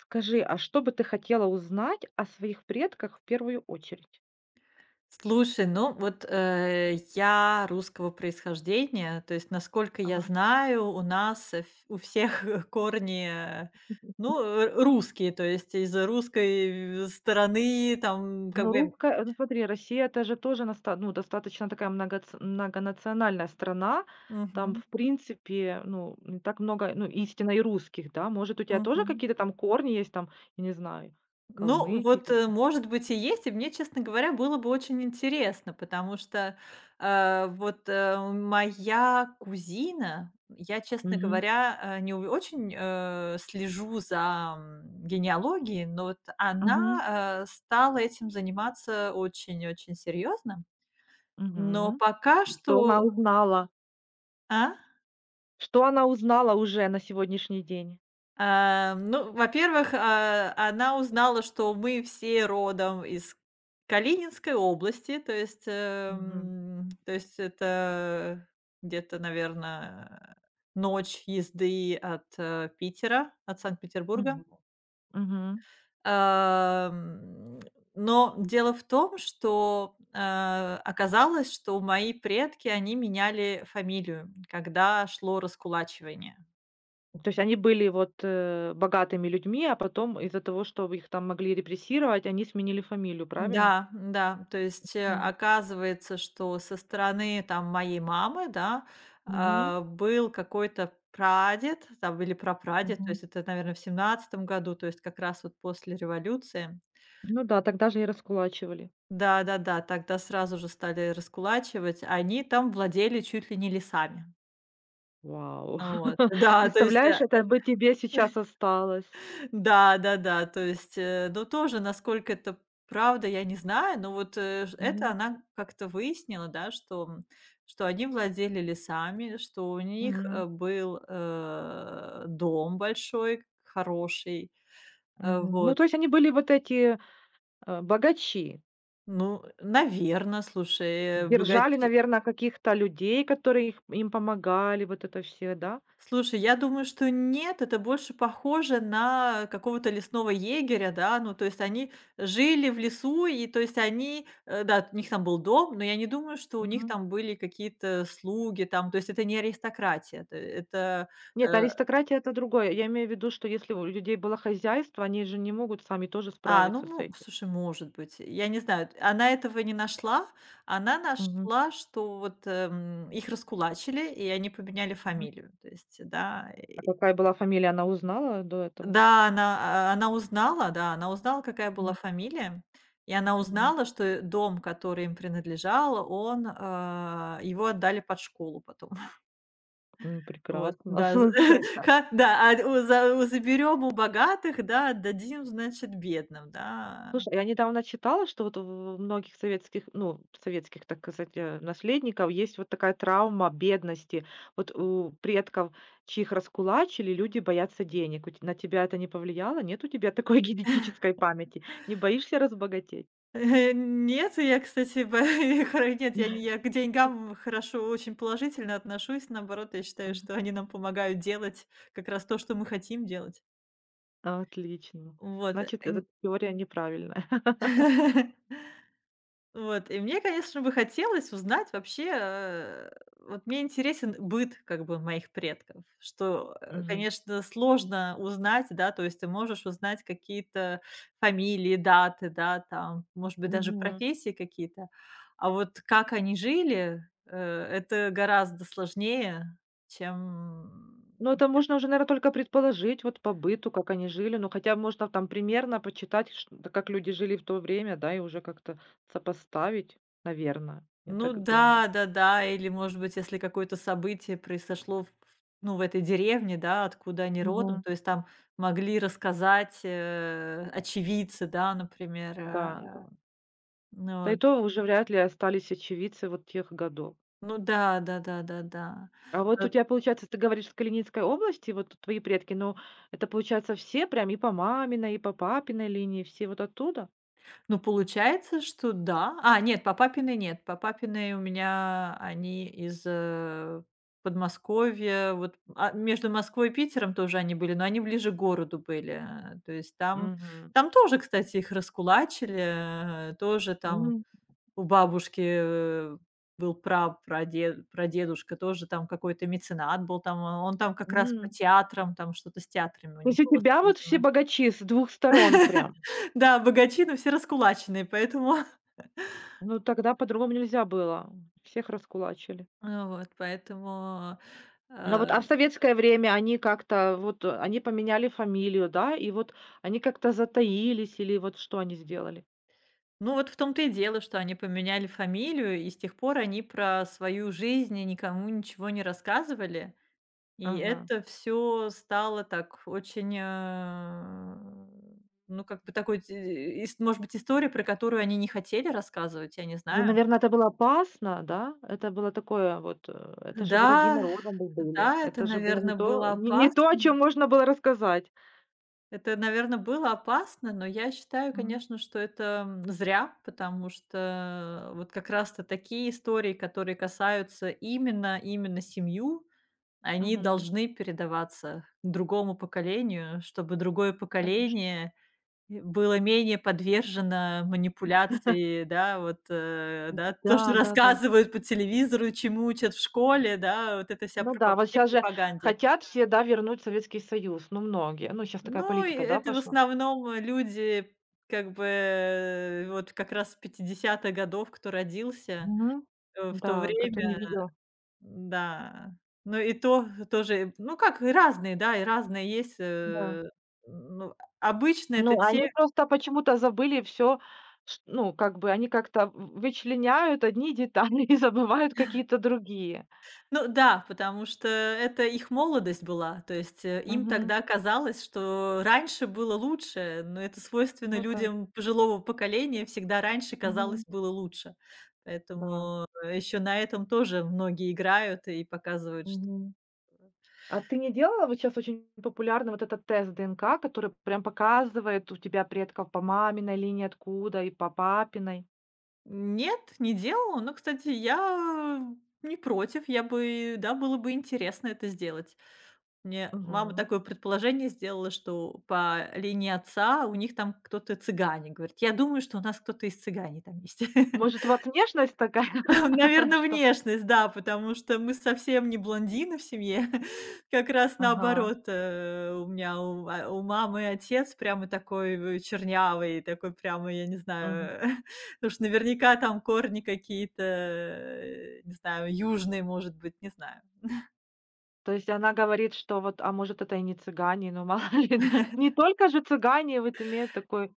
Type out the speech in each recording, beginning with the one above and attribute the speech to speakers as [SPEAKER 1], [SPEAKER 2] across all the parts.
[SPEAKER 1] Скажи, а что бы ты хотела узнать о своих предках в первую очередь?
[SPEAKER 2] Слушай, ну вот, я русского происхождения, то есть, насколько я
[SPEAKER 1] Ага.
[SPEAKER 2] знаю, у нас, э, ф у всех корни, ну, русские, то есть из русской стороны, там, как
[SPEAKER 1] Ну,
[SPEAKER 2] бы.
[SPEAKER 1] русская, ну, смотри, Россия это же тоже ну, достаточно такая многонациональная страна. Там,
[SPEAKER 2] Мгм,
[SPEAKER 1] в принципе, ну, не так много, ну, истинно и русских, да. Может, у тебя тоже
[SPEAKER 2] мгм.
[SPEAKER 1] какие-то там корни есть, там, я не знаю,
[SPEAKER 2] Ну,
[SPEAKER 1] калмыки.
[SPEAKER 2] вот, может быть, и есть. И мне, честно говоря, было бы очень интересно, потому что, вот, моя кузина, я, честно
[SPEAKER 1] Мгм.
[SPEAKER 2] говоря, не у очень, слежу за, генеалогией, но вот
[SPEAKER 1] Мгм.
[SPEAKER 2] она, стала этим заниматься очень-очень серьезно. Но
[SPEAKER 1] Мгм.
[SPEAKER 2] пока
[SPEAKER 1] Что
[SPEAKER 2] что.
[SPEAKER 1] она узнала?
[SPEAKER 2] А?
[SPEAKER 1] Что она узнала уже на сегодняшний день?
[SPEAKER 2] Ну, во-первых, она узнала, что мы все родом из Калининской области, то есть,
[SPEAKER 1] Мгм.
[SPEAKER 2] то есть это где-то, наверное, ночь езды от Питера, от Санкт-Петербурга.
[SPEAKER 1] Мгм. Мгм.
[SPEAKER 2] Ам, но дело в том, что оказалось, что мои предки, они меняли фамилию, когда шло раскулачивание.
[SPEAKER 1] То есть они были вот, богатыми людьми, а потом из-за того, что их там могли репрессировать, они сменили фамилию, правильно?
[SPEAKER 2] Да, да, то есть,
[SPEAKER 1] М,
[SPEAKER 2] оказывается, что со стороны там моей мамы, да,
[SPEAKER 1] мгм,
[SPEAKER 2] был какой-то прадед там или прапрадед, то
[SPEAKER 1] мгм.
[SPEAKER 2] есть это, наверное, в 1917 году, то есть как раз вот после революции.
[SPEAKER 1] Ну да, тогда же и раскулачивали.
[SPEAKER 2] Да-да-да, тогда сразу же стали раскулачивать. Они там владели чуть ли не лесами.
[SPEAKER 1] Вау!
[SPEAKER 2] Вот, да, то есть,
[SPEAKER 1] Представляешь,
[SPEAKER 2] э
[SPEAKER 1] это бы тебе сейчас осталось.
[SPEAKER 2] Да-да-да, то есть, ну, тоже, насколько это правда, я не знаю, но вот, э, ж это
[SPEAKER 1] Мгм,
[SPEAKER 2] она как-то выяснила, да, что они владели лесами, что у них,
[SPEAKER 1] мгм,
[SPEAKER 2] был, дом большой, хороший. Э,
[SPEAKER 1] мгм. Ну,
[SPEAKER 2] вот.
[SPEAKER 1] то есть они были вот эти, богачи,
[SPEAKER 2] Ну, наверное, слушай,
[SPEAKER 1] держали,
[SPEAKER 2] богачи.
[SPEAKER 1] наверное, каких-то людей, которые их им помогали, вот это все, да?
[SPEAKER 2] Слушай, я думаю, что нет, это больше похоже на какого-то лесного егеря, да, ну, то есть они жили в лесу, и то есть они, да, у них там был дом, но я не думаю, что у них там были какие-то слуги там, то есть это не аристократия, это. э,
[SPEAKER 1] Нет, аристократия — это другое. Я имею в виду, что если у людей было хозяйство, они же не могут сами тоже справиться с этим.
[SPEAKER 2] слушай, может быть, я не знаю, она этого не нашла, она
[SPEAKER 1] Мгм,
[SPEAKER 2] нашла, что вот их раскулачили, и они поменяли
[SPEAKER 1] мгм.
[SPEAKER 2] фамилию, то есть, да.
[SPEAKER 1] А какая была фамилия, она узнала до этого?
[SPEAKER 2] Да, она узнала, да, она узнала, какая была
[SPEAKER 1] Мгм,
[SPEAKER 2] фамилия, и она
[SPEAKER 1] мгм.
[SPEAKER 2] узнала, что, дом, который им принадлежал, он, его отдали под школу потом.
[SPEAKER 1] М,
[SPEAKER 2] Вот,
[SPEAKER 1] прекрасно,
[SPEAKER 2] да, з
[SPEAKER 1] слушай.
[SPEAKER 2] ха да, у заберем у богатых, да, отдадим, значит, бедным, да.
[SPEAKER 1] Слушай, я недавно читала, что вот у многих советских, ну, советских, так сказать, наследников есть вот такая травма бедности. Вот у предков, чьих раскулачили, люди боятся денег. У те на тебя это не повлияло? Нет у тебя такой генетической памяти? Не боишься разбогатеть?
[SPEAKER 2] Нет, я, кстати, бо хоро нет, я не я к деньгам хорошо, очень положительно отношусь. Наоборот, я считаю, что они нам помогают делать как раз то, что мы хотим делать.
[SPEAKER 1] Отлично.
[SPEAKER 2] Вот, э,
[SPEAKER 1] Значит, эта
[SPEAKER 2] н
[SPEAKER 1] теория неправильная.
[SPEAKER 2] Вот, и мне, конечно, бы хотелось узнать вообще, вот мне интересен быт как бы моих предков, что,
[SPEAKER 1] Мгм.
[SPEAKER 2] конечно, сложно узнать, да, то есть ты можешь узнать какие-то фамилии, даты, да, там, может быть, даже
[SPEAKER 1] Мгм.
[SPEAKER 2] профессии какие-то, а вот как они жили, это гораздо сложнее, чем.
[SPEAKER 1] Ну, это можно уже, наверно, только предположить вот по быту, как они жили. Ну, хотя можно там примерно почитать, ш да, как люди жили в то время, да, и уже как-то сопоставить, наверное, я
[SPEAKER 2] Ну
[SPEAKER 1] так думаю.
[SPEAKER 2] да, да-да. Или, может быть, если какое-то событие произошло в этой деревне, да, откуда они родом,
[SPEAKER 1] Мгм.
[SPEAKER 2] то есть там могли рассказать, очевидцы, да, например,
[SPEAKER 1] Да, да.
[SPEAKER 2] Ну
[SPEAKER 1] Да и
[SPEAKER 2] вот.
[SPEAKER 1] то уже вряд ли остались очевидцы вот тех годов.
[SPEAKER 2] Ну да, да-да-да-да.
[SPEAKER 1] А вот у
[SPEAKER 2] Э
[SPEAKER 1] тебя, получается, ты говоришь, в Калининской области вот твои предки, но это, получается, все прям и по маминой, и по папиной линии, все вот оттуда?
[SPEAKER 2] Ну, получается, что да. Нет, по папиной нет. По папиной у меня они из, Подмосковья. Вот, между Москвой и Питером тоже они были, но они ближе к городу были. То есть там
[SPEAKER 1] Мгм.
[SPEAKER 2] там тоже, кстати, их раскулачили, тоже там
[SPEAKER 1] М,
[SPEAKER 2] у бабушки, был прапрадед прадедушка, тоже там какой-то меценат был, там он там как раз по
[SPEAKER 1] м.
[SPEAKER 2] театрам, там что-то с театрами у
[SPEAKER 1] То
[SPEAKER 2] них
[SPEAKER 1] есть у
[SPEAKER 2] было
[SPEAKER 1] тебя вот все
[SPEAKER 2] связано.
[SPEAKER 1] богачи с двух сторон прям?
[SPEAKER 2] Да, богачи, но все раскулаченные, поэтому.
[SPEAKER 1] Ну, тогда по-другому нельзя было. Всех раскулачили.
[SPEAKER 2] Вот, поэтому,
[SPEAKER 1] Но вот,
[SPEAKER 2] э,
[SPEAKER 1] а в советское время они как-то вот, они поменяли фамилию, да, и вот они как-то затаились или вот что они сделали?
[SPEAKER 2] ну, вот в том-то и дело, что они поменяли фамилию, и с тех пор они про свою жизнь никому ничего не рассказывали. И
[SPEAKER 1] Ага.
[SPEAKER 2] это все стало так очень, ну, как бы такой, те ис может быть, история, про которую они не хотели рассказывать, я не
[SPEAKER 1] Ну,
[SPEAKER 2] знаю.
[SPEAKER 1] наверное, это было опасно, да? Это было такое вот, это же враги
[SPEAKER 2] Да,
[SPEAKER 1] народа бы были.
[SPEAKER 2] да, это,
[SPEAKER 1] Это же было не
[SPEAKER 2] наверное,
[SPEAKER 1] то
[SPEAKER 2] было
[SPEAKER 1] не не то, о
[SPEAKER 2] опасно.
[SPEAKER 1] чем можно было рассказать.
[SPEAKER 2] Это, наверное, было опасно, но я считаю,
[SPEAKER 1] Мгм.
[SPEAKER 2] конечно, что это, зря, потому что вот как раз-то такие истории, которые касаются именно семью, они
[SPEAKER 1] Мгм.
[SPEAKER 2] должны передаваться другому поколению, чтобы другое
[SPEAKER 1] Конечно.
[SPEAKER 2] поколение, было менее подвержено манипуляции, да, вот, да, то, что
[SPEAKER 1] Да, да-да.
[SPEAKER 2] рассказывают по телевизору, чему учат в школе, да, вот эта вся
[SPEAKER 1] Ну
[SPEAKER 2] пропа
[SPEAKER 1] да, вот
[SPEAKER 2] всей
[SPEAKER 1] сейчас же
[SPEAKER 2] пропаганде.
[SPEAKER 1] хотят все, да, вернуть Советский Союз, ну, многие. Ну, сейчас такая
[SPEAKER 2] Ну, и
[SPEAKER 1] политика, да,
[SPEAKER 2] это в
[SPEAKER 1] пошла.
[SPEAKER 2] основном люди, как бы, вот как раз 50-х годов, кто родился,
[SPEAKER 1] Мгм.
[SPEAKER 2] в то
[SPEAKER 1] Да, кто не
[SPEAKER 2] время.
[SPEAKER 1] видел.
[SPEAKER 2] Да. Но и то тоже, ну, как, и разные, да, и разные есть.
[SPEAKER 1] Да.
[SPEAKER 2] Ну, обычно это
[SPEAKER 1] Ну,
[SPEAKER 2] те.
[SPEAKER 1] они просто почему-то забыли все, ну, как бы они как-то в вычленяют одни детали и забывают какие-то другие.
[SPEAKER 2] Ну да, потому что это их молодость была. То есть, им
[SPEAKER 1] Мгм.
[SPEAKER 2] тогда казалось, что раньше было лучше, но это свойственно
[SPEAKER 1] Ну да.
[SPEAKER 2] людям пожилого поколения, всегда раньше казалось
[SPEAKER 1] Мгм.
[SPEAKER 2] было лучше.
[SPEAKER 1] Да.
[SPEAKER 2] Поэтому, еще на этом тоже многие играют и показывают, что
[SPEAKER 1] Мгм. А ты не делала? Вот сейчас очень популярный вот этот тест ДНК, который прям показывает у тебя предков по маминой линии откуда и по папиной.
[SPEAKER 2] нет, не делала. Но, кстати, я не против, я бы да, было бы интересно это сделать. Мне мама
[SPEAKER 1] Мгм.
[SPEAKER 2] такое предположение сделала, что по линии отца у них там кто-то цыгане. Говорит: "Я думаю, что у нас кто-то из цыганей там есть".
[SPEAKER 1] Может, у вас внешность такая,
[SPEAKER 2] Наверно,
[SPEAKER 1] что
[SPEAKER 2] внешность, да, потому что мы совсем не блондины в семье. Как раз
[SPEAKER 1] Ага,
[SPEAKER 2] наоборот, у меня у а, у мамы отец прямо такой, чернявый, такой прямо, я не
[SPEAKER 1] мгм.
[SPEAKER 2] знаю. Потому что наверняка там корни какие-то, не знаю, южные, может быть, не знаю.
[SPEAKER 1] То есть она говорит, что вот, а может, это и не цыгане, но мало ли, да. Не только же цыгане вот имеют такой,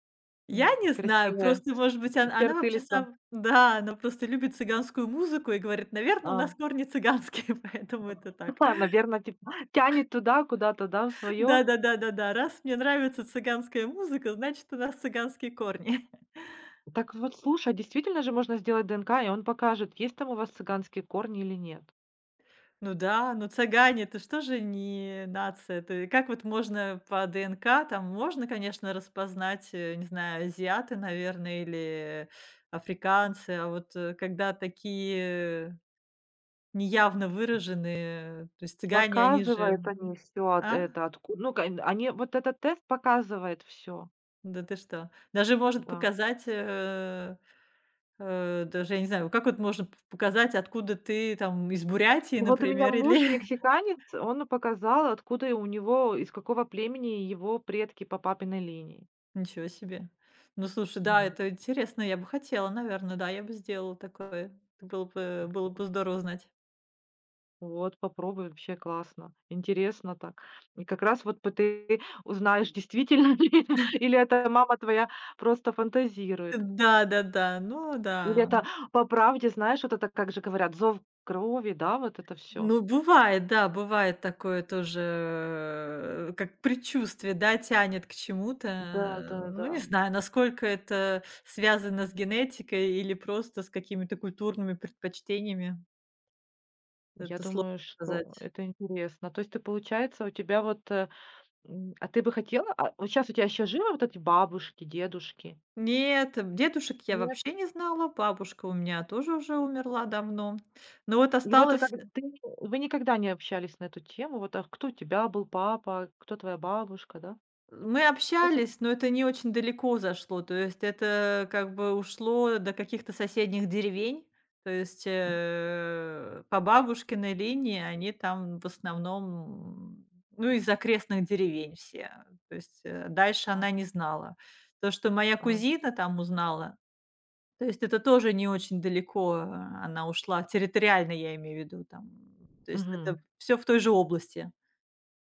[SPEAKER 2] Я
[SPEAKER 1] м,
[SPEAKER 2] не знаю,
[SPEAKER 1] красивые
[SPEAKER 2] просто,
[SPEAKER 1] ц
[SPEAKER 2] может быть, он она
[SPEAKER 1] черты
[SPEAKER 2] вообще
[SPEAKER 1] лица.
[SPEAKER 2] сам да, она просто любит цыганскую музыку и говорит: наверное, у нас
[SPEAKER 1] А,
[SPEAKER 2] корни цыганские, поэтому это так".
[SPEAKER 1] наверно, типа тянет туда куда-то, да, в свое.
[SPEAKER 2] Да-да-да-да-да. Раз мне нравится цыганская музыка, значит, у нас цыганские корни.
[SPEAKER 1] Так вот, слушай, а действительно же можно сделать ДНК, и он покажет, есть там у вас цыганские корни или нет.
[SPEAKER 2] Ну да, ну цыгане- это что же не нация. Это как вот можно по ДНК, там можно, конечно, распознать, не знаю, азиаты, наверное, или африканцы, а вот, когда такие неявно выраженные, то есть цыгане, они же.
[SPEAKER 1] Показывает они все, от
[SPEAKER 2] А?
[SPEAKER 1] это, откуда ну, кань они вот этот тест показывает все.
[SPEAKER 2] Да ты что? Даже может
[SPEAKER 1] Да.
[SPEAKER 2] показать, даже я не знаю, как вот можно п показать, откуда ты там, из Бурятии,
[SPEAKER 1] Ну вот у меня
[SPEAKER 2] например,
[SPEAKER 1] муж
[SPEAKER 2] или.
[SPEAKER 1] мексиканец, он показал, откуда и у него, из какого племени его предки по папиной линии.
[SPEAKER 2] Ничего себе. Ну, слушай, да,
[SPEAKER 1] Мгм.
[SPEAKER 2] это интересно, я бы хотела, наверное, да, я бы сделала такое. Это было бы было
[SPEAKER 1] Во.
[SPEAKER 2] бы здорово знать.
[SPEAKER 1] Вот, попробуй, вообще классно, интересно так. И как раз вот п ты узнаешь, действительно ли или это мама твоя просто фантазирует.
[SPEAKER 2] Да-да-да, ну да.
[SPEAKER 1] Или это по правде, знаешь, вот это, как же говорят, зов крови, да, вот это все.
[SPEAKER 2] Ну, бывает, да, бывает такое тоже, как предчувствие, да, тянет к чему-то. Ну,
[SPEAKER 1] Да-да-да.
[SPEAKER 2] не знаю, насколько это связано с генетикой или просто с какими-то культурными предпочтениями.
[SPEAKER 1] Я
[SPEAKER 2] Это сложно
[SPEAKER 1] думаю, что
[SPEAKER 2] сказать.
[SPEAKER 1] это интересно. То есть ты, получается, у тебя вот, э М, а ты бы хотела? А вот щас у тебя еще живы вот эти бабушки, дедушки?
[SPEAKER 2] Нет, дедушек я
[SPEAKER 1] Нет.
[SPEAKER 2] вообще не знала, бабушка у меня тоже уже умерла давно. Но вот
[SPEAKER 1] И вот вы как
[SPEAKER 2] осталась.
[SPEAKER 1] ты вы никогда не общались на эту тему? Вот, а кто у тебя был папа, кто твоя бабушка, да?
[SPEAKER 2] Мы
[SPEAKER 1] Просто ты-
[SPEAKER 2] общались, но это не очень далеко зашло. То есть это как бы ушло до каких-то соседних деревень. То есть
[SPEAKER 1] Мгм.
[SPEAKER 2] по бабушкиной линии они там в основном, ну, из окрестных деревень все. То есть дальше
[SPEAKER 1] А,
[SPEAKER 2] она не знала. То, что моя
[SPEAKER 1] а.
[SPEAKER 2] кузина там узнала, то есть это тоже не очень далеко она ушла, территориально я имею в виду там. То есть это
[SPEAKER 1] Мгм.
[SPEAKER 2] все в той же области.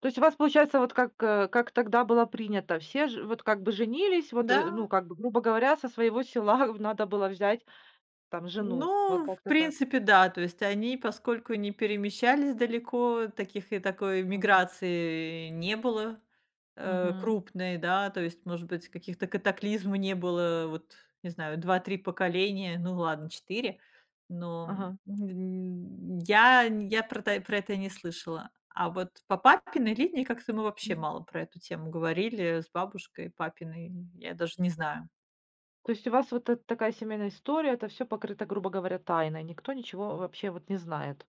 [SPEAKER 1] То есть у вас получается вот как, как тогда было принято, все ж вот как бы женились, вот,
[SPEAKER 2] Да.
[SPEAKER 1] ну, как бы, грубо говоря, со своего села надо было взять там жену, вот
[SPEAKER 2] Ну, в
[SPEAKER 1] как-то так.
[SPEAKER 2] принципе, да. То есть они, поскольку не перемещались далеко, таких и такой
[SPEAKER 1] Мгм.
[SPEAKER 2] миграции не было,
[SPEAKER 1] Мгм.
[SPEAKER 2] крупной, да. То есть, может быть, каких-то катаклизм не было, вот, не знаю, два-три поколения, ну ладно, четыре. Но,
[SPEAKER 1] Ага.
[SPEAKER 2] я про это не слышала. А вот по папиной линии как-то мы вообще мало про эту тему говорили с бабушкой папиной. Я даже не знаю.
[SPEAKER 1] То есть у вас вот эта такая семейная история, это все покрыто, грубо говоря, тайной. Никто ничего вообще вот не знает.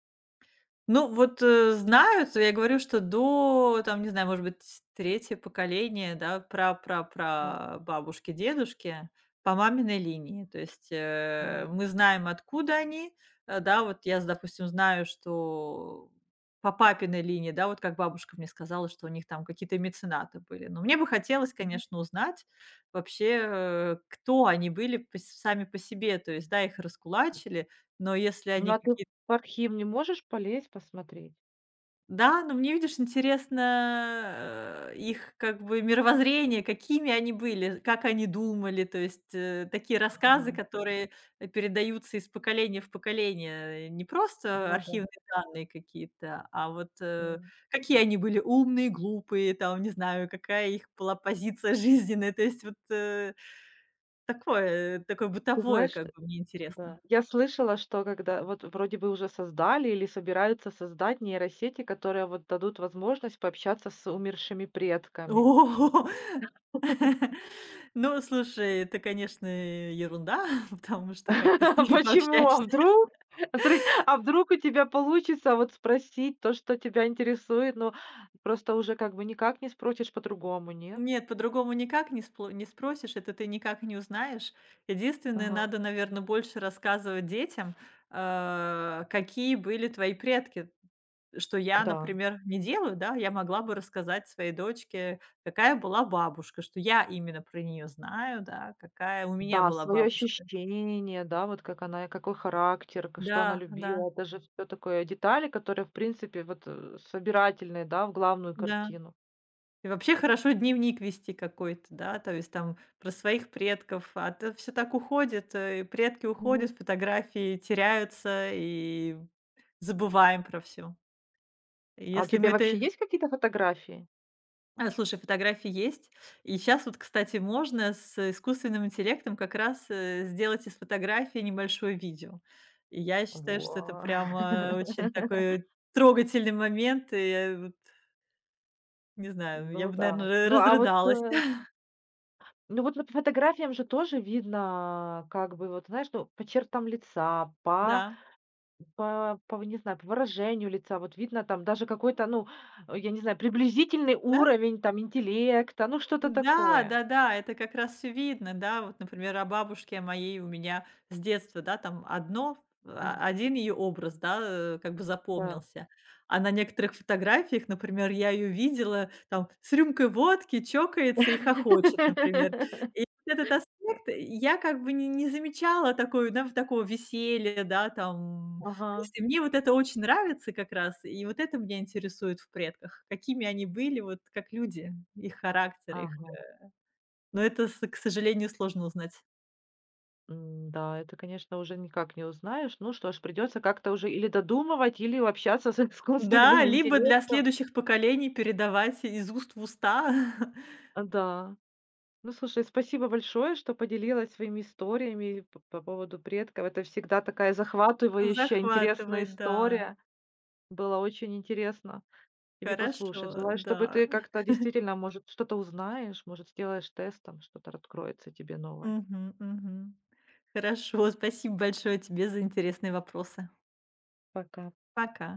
[SPEAKER 2] Ну, вот, знают. Я говорю, что до, там, не знаю, может быть, третье поколение, да, про про
[SPEAKER 1] Ну,
[SPEAKER 2] про бабушки, дедушки по маминой линии. То есть,
[SPEAKER 1] м,
[SPEAKER 2] мы знаем, откуда они. Да, вот я, допустим, знаю, что по папиной линии, да, вот как бабушка мне сказала, что у них там какие-то меценаты были. Но мне бы хотелось,
[SPEAKER 1] мгм.
[SPEAKER 2] конечно, узнать вообще, кто они были пос сами по себе. То есть, да, их раскулачили, но если
[SPEAKER 1] Ну,
[SPEAKER 2] они
[SPEAKER 1] а ты в
[SPEAKER 2] какие-то
[SPEAKER 1] архив не можешь полезть, посмотреть?
[SPEAKER 2] да, но мне, видишь, интересно, их как бы мировоззрение, какими они были, как они думали. То есть, такие
[SPEAKER 1] Ага.
[SPEAKER 2] рассказы, которые, передаются из поколения в поколение. Не просто
[SPEAKER 1] Ну да.
[SPEAKER 2] архивные данные какие-то, а вот,
[SPEAKER 1] М.
[SPEAKER 2] какие они были умные, глупые, там, не знаю, какая их была позиция жизненная. То есть вот, такое
[SPEAKER 1] Ты
[SPEAKER 2] бытовое,
[SPEAKER 1] знаешь,
[SPEAKER 2] как бы, мне интересно.
[SPEAKER 1] да, я слышала, что когда вот вроде бы уже создали или собираются создать нейросети, которые вот дадут возможность пообщаться с умершими предками.
[SPEAKER 2] О! Ну, слушай, это, конечно, ерунда, потому что как ты с ними
[SPEAKER 1] Почему? А
[SPEAKER 2] пообщаешься?
[SPEAKER 1] вдруг? А вдры а вдруг у тебя получится вот спросить то, что тебя интересует, но просто уже как бы никак не спросишь по-другому, нет?
[SPEAKER 2] Нет, по-другому никак не спросишь, это ты никак не узнаешь. Единственное,
[SPEAKER 1] Ага.
[SPEAKER 2] надо, наверное, больше рассказывать детям, какие были твои предки. Что я,
[SPEAKER 1] Да.
[SPEAKER 2] например, не делаю, да, я могла бы рассказать своей дочке, какая была бабушка, что я именно про нее знаю, да, какая у меня
[SPEAKER 1] Да,
[SPEAKER 2] была
[SPEAKER 1] свое
[SPEAKER 2] бабушка.
[SPEAKER 1] ощущение, да, вот как она, какой характер, к что она
[SPEAKER 2] Да, да,
[SPEAKER 1] любила. Это же всё такое детали, которые, в принципе, вот, собирательные, да, в главную
[SPEAKER 2] да.
[SPEAKER 1] картину.
[SPEAKER 2] И вообще хорошо дневник вести какой-то, да, то есть там про своих предков, а то все так уходит, предки уходят,
[SPEAKER 1] Мгм.
[SPEAKER 2] фотографии теряются, и забываем про все.
[SPEAKER 1] А у
[SPEAKER 2] Если
[SPEAKER 1] тебя
[SPEAKER 2] мы
[SPEAKER 1] вообще
[SPEAKER 2] это
[SPEAKER 1] есть какие-то фотографии?
[SPEAKER 2] слушай, фотографии есть. И сейчас вот, кстати, можно с искусственным интеллектом как раз, сделать из фотографии небольшое видео. И я считаю, что это
[SPEAKER 1] Во.
[SPEAKER 2] прямо очень такой трогательный момент. И я вот, не знаю, я
[SPEAKER 1] Ну
[SPEAKER 2] бы,
[SPEAKER 1] да.
[SPEAKER 2] наверное,
[SPEAKER 1] Ну, а вот,
[SPEAKER 2] разрыдалась.
[SPEAKER 1] э Ну, вот по фотографиям же тоже видно, как бы, вот знаешь, ну, по чертам лица, по по по, не знаю, по выражению лица. Вот видно там даже какой-то, ну, я не знаю, приблизительный
[SPEAKER 2] Да.
[SPEAKER 1] уровень там интеллекта, ну, что-то
[SPEAKER 2] Да,
[SPEAKER 1] такое.
[SPEAKER 2] да-да, это как раз все видно, да. Вот, например, о бабушке моей у меня с детства, да, там одно
[SPEAKER 1] А.
[SPEAKER 2] а, один ее образ, да, как бы
[SPEAKER 1] Да.
[SPEAKER 2] запомнился. А на некоторых фотографиях, например, я ее видела там с рюмкой водки, чокается и хохочет, например. И вот этот аспект я как бы не замечала такой, да, такого веселья, да, там
[SPEAKER 1] Ага,
[SPEAKER 2] то есть и мне вот это очень нравится как раз, и вот это меня интересует в предках. Какими они были, вот как люди, их характер, их
[SPEAKER 1] ага.
[SPEAKER 2] но это, с к сожалению, сложно узнать.
[SPEAKER 1] М, да, это, конечно, уже никак не узнаешь. Ну что ж, придется как-то уже или додумывать, или общаться с
[SPEAKER 2] Да,
[SPEAKER 1] искусственным
[SPEAKER 2] либо для
[SPEAKER 1] интеллектом.
[SPEAKER 2] следующих поколений передавать из уст в уста.
[SPEAKER 1] А, да. Ну, слушай, спасибо большое, что поделилась своими историями по поводу предков. Это всегда такая захватывающая, интересная
[SPEAKER 2] Захватывает, да.
[SPEAKER 1] история. Было очень интересно тебе послушать.
[SPEAKER 2] Хорошо,
[SPEAKER 1] Желаю, чтобы
[SPEAKER 2] да.
[SPEAKER 1] ты как-то действительно, может, что-то узнаешь, может, сделаешь тестом, что-то откроется тебе новое.
[SPEAKER 2] Мгм, мгм. Хорошо, спасибо большое тебе за интересные вопросы.
[SPEAKER 1] Пока.
[SPEAKER 2] Пока.